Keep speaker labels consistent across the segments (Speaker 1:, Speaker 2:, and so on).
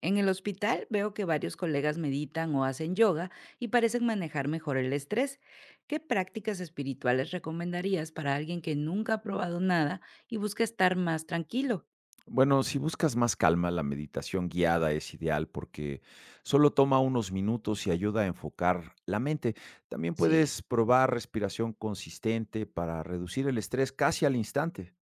Speaker 1: En el hospital veo que varios colegas meditan o hacen yoga y parecen manejar mejor el estrés. ¿Qué prácticas espirituales recomendarías para alguien que nunca ha probado nada y busca estar más tranquilo?
Speaker 2: Bueno, si buscas más calma, la meditación guiada es ideal porque solo toma unos minutos y ayuda a enfocar la mente. También
Speaker 1: Sí.
Speaker 2: puedes probar respiración consistente para reducir el estrés casi al instante.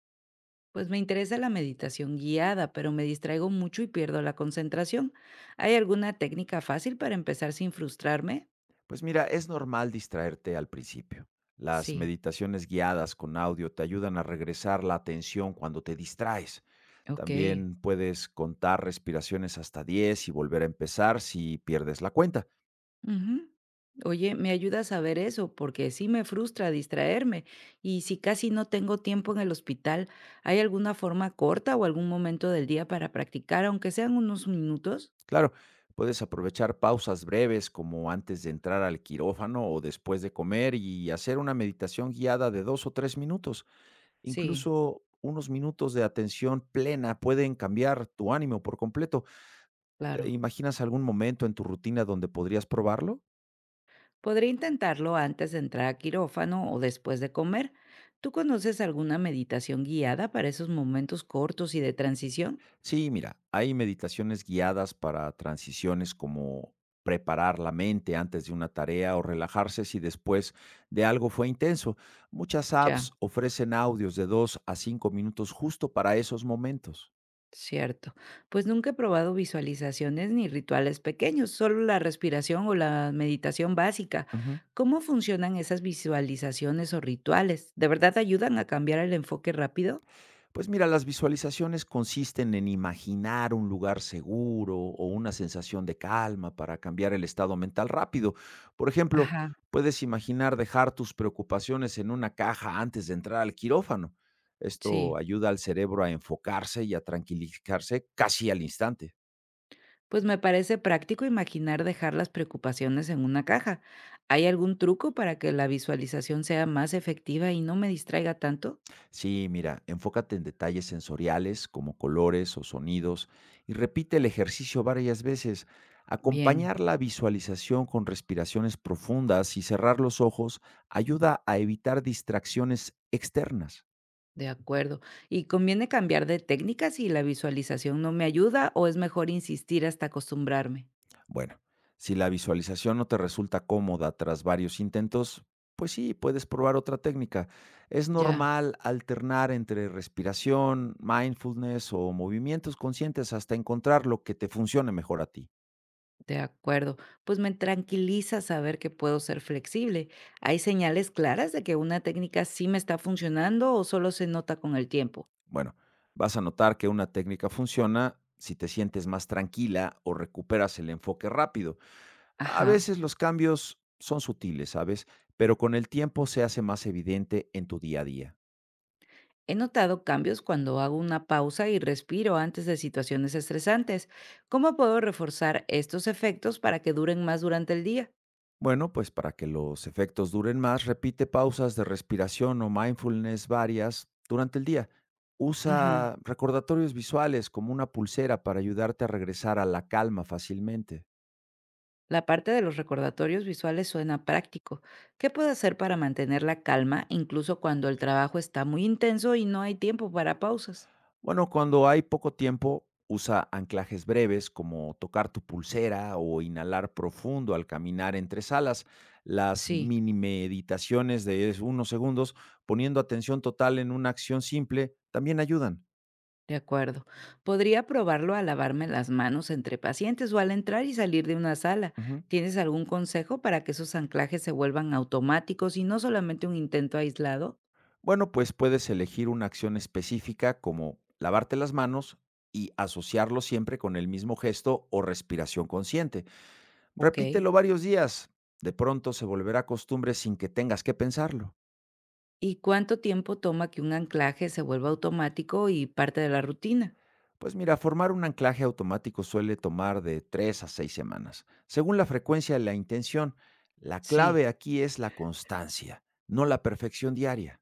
Speaker 1: Pues me interesa la meditación guiada, pero me distraigo mucho y pierdo la concentración. ¿Hay alguna técnica fácil para empezar sin frustrarme?
Speaker 2: Pues mira, es normal distraerte al principio. Las
Speaker 1: Sí,
Speaker 2: meditaciones guiadas con audio te ayudan a regresar la atención cuando te distraes.
Speaker 1: ok.
Speaker 2: También puedes contar respiraciones hasta 10 y volver a empezar si pierdes la cuenta.
Speaker 1: Ujú. Oye, me ayuda a saber eso, porque sí me frustra distraerme. Y si casi no tengo tiempo en el hospital, ¿hay alguna forma corta o algún momento del día para practicar, aunque sean unos minutos?
Speaker 2: Claro, puedes aprovechar pausas breves como antes de entrar al quirófano o después de comer y hacer una meditación guiada de 2 o 3 minutos.
Speaker 1: Sí,
Speaker 2: Incluso unos minutos de atención plena pueden cambiar tu ánimo por completo. ¿Te
Speaker 1: claro.
Speaker 2: imaginas algún momento en tu rutina donde podrías probarlo?
Speaker 1: Podría intentarlo antes de entrar a quirófano o después de comer. ¿Tú conoces alguna meditación guiada para esos momentos cortos y de transición?
Speaker 2: Sí, mira, hay meditaciones guiadas para transiciones como preparar la mente antes de una tarea o relajarse si después de algo fue intenso. Muchas
Speaker 1: Ya.
Speaker 2: apps ofrecen audios de 2 a 5 minutos justo para esos momentos.
Speaker 1: Cierto. Pues nunca he probado visualizaciones ni rituales pequeños, solo la respiración o la meditación básica.
Speaker 2: Ujú.
Speaker 1: ¿Cómo funcionan esas visualizaciones o rituales? ¿De verdad ayudan a cambiar el enfoque rápido?
Speaker 2: Pues mira, las visualizaciones consisten en imaginar un lugar seguro o una sensación de calma para cambiar el estado mental rápido. Por ejemplo,
Speaker 1: Ajá,
Speaker 2: puedes imaginar dejar tus preocupaciones en una caja antes de entrar al quirófano.
Speaker 1: sí.
Speaker 2: Esto ayuda al cerebro a enfocarse y a tranquilizarse casi al instante.
Speaker 1: Pues me parece práctico imaginar dejar las preocupaciones en una caja. ¿Hay algún truco para que la visualización sea más efectiva y no me distraiga tanto?
Speaker 2: Sí, mira, enfócate en detalles sensoriales como colores o sonidos y repite el ejercicio varias veces.
Speaker 1: Bien.
Speaker 2: Acompañar la visualización con respiraciones profundas y cerrar los ojos ayuda a evitar distracciones externas.
Speaker 1: De acuerdo. ¿Y conviene cambiar de técnica si la visualización no me ayuda o es mejor insistir hasta acostumbrarme?
Speaker 2: Bueno, si la visualización no te resulta cómoda tras varios intentos, pues sí, puedes probar otra técnica. Es
Speaker 1: Ya,
Speaker 2: normal alternar entre respiración, mindfulness o movimientos conscientes hasta encontrar lo que te funcione mejor a ti.
Speaker 1: de acuerdo. Pues me tranquiliza saber que puedo ser flexible. ¿Hay señales claras de que una técnica sí me está funcionando o solo se nota con el tiempo?
Speaker 2: Bueno, vas a notar que una técnica funciona si te sientes más tranquila o recuperas el enfoque rápido. A
Speaker 1: Ajá.
Speaker 2: veces los cambios son sutiles, ¿sabes? Pero con el tiempo se hace más evidente en tu día a día.
Speaker 1: He notado cambios cuando hago una pausa y respiro antes de situaciones estresantes. ¿Cómo puedo reforzar estos efectos para que duren más durante el día?
Speaker 2: Bueno, pues para que los efectos duren más, repite pausas de respiración o mindfulness varias durante el día.
Speaker 1: Ujú.
Speaker 2: Usa recordatorios visuales como una pulsera para ayudarte a regresar a la calma fácilmente.
Speaker 1: La parte de los recordatorios visuales suena práctico. ¿Qué puedo hacer para mantener la calma incluso cuando el trabajo está muy intenso y no hay tiempo para pausas?
Speaker 2: Bueno, cuando hay poco tiempo, usa anclajes breves como tocar tu pulsera o inhalar profundo al caminar entre salas, las
Speaker 1: Sí,
Speaker 2: mini meditaciones de unos segundos, poniendo atención total en una acción simple, también ayudan.
Speaker 1: de acuerdo. Podría probarlo a lavarme las manos entre pacientes o al entrar y salir de una sala.
Speaker 2: Ujú.
Speaker 1: ¿Tienes algún consejo para que esos anclajes se vuelvan automáticos y no solamente un intento aislado?
Speaker 2: Bueno, pues puedes elegir una acción específica como lavarte las manos y asociarlo siempre con el mismo gesto o respiración consciente.
Speaker 1: Ok.
Speaker 2: Repítelo varios días. De pronto se volverá costumbre sin que tengas que pensarlo.
Speaker 1: ¿Y cuánto tiempo toma que un anclaje se vuelva automático y parte de la rutina?
Speaker 2: Pues mira, formar un anclaje automático suele tomar de 3 a 6 semanas, según la frecuencia y la intención. La
Speaker 1: Sí,
Speaker 2: clave aquí es la constancia, no la perfección diaria.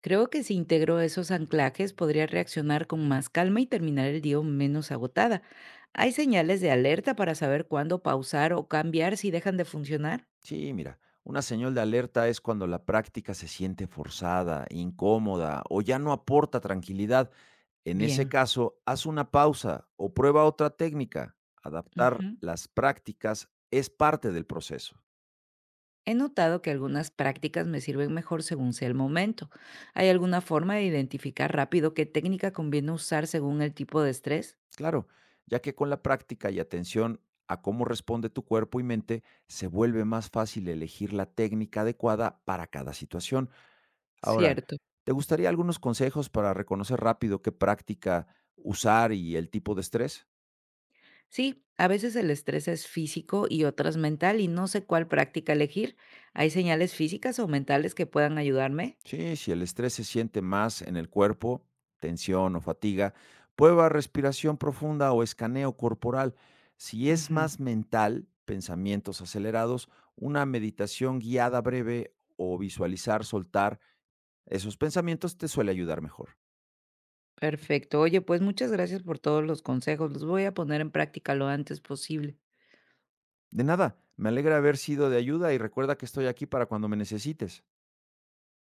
Speaker 1: creo que si integro esos anclajes podría reaccionar con más calma y terminar el día menos agotada. ¿Hay señales de alerta para saber cuándo pausar o cambiar si dejan de funcionar?
Speaker 2: Sí, mira, una señal de alerta es cuando la práctica se siente forzada, incómoda o ya no aporta tranquilidad. En ese
Speaker 1: Bien.
Speaker 2: caso, haz una pausa o prueba otra técnica. Adaptar
Speaker 1: Ujú.
Speaker 2: las prácticas es parte del proceso.
Speaker 1: He notado que algunas prácticas me sirven mejor según sea el momento. ¿Hay alguna forma de identificar rápido qué técnica conviene usar según el tipo de estrés?
Speaker 2: Claro, ya que con la práctica y atención a cómo responde tu cuerpo y mente, se vuelve más fácil elegir la técnica adecuada para cada situación. Ahora,
Speaker 1: Cierto.
Speaker 2: ¿te gustaría algunos consejos para reconocer rápido qué práctica usar y el tipo de estrés?
Speaker 1: Sí, a veces el estrés es físico y otras mental y no sé cuál práctica elegir. ¿Hay señales físicas o mentales que puedan ayudarme?
Speaker 2: Sí, si el estrés se siente más en el cuerpo, tensión o fatiga, prueba respiración profunda o escaneo corporal. Si es
Speaker 1: Ujú.
Speaker 2: más mental, pensamientos acelerados, una meditación guiada breve o visualizar, soltar esos pensamientos te suele ayudar mejor.
Speaker 1: Perfecto. Oye, pues muchas gracias por todos los consejos. Los voy a poner en práctica lo antes posible.
Speaker 2: De nada, me alegra haber sido de ayuda y recuerda que estoy aquí para cuando me necesites.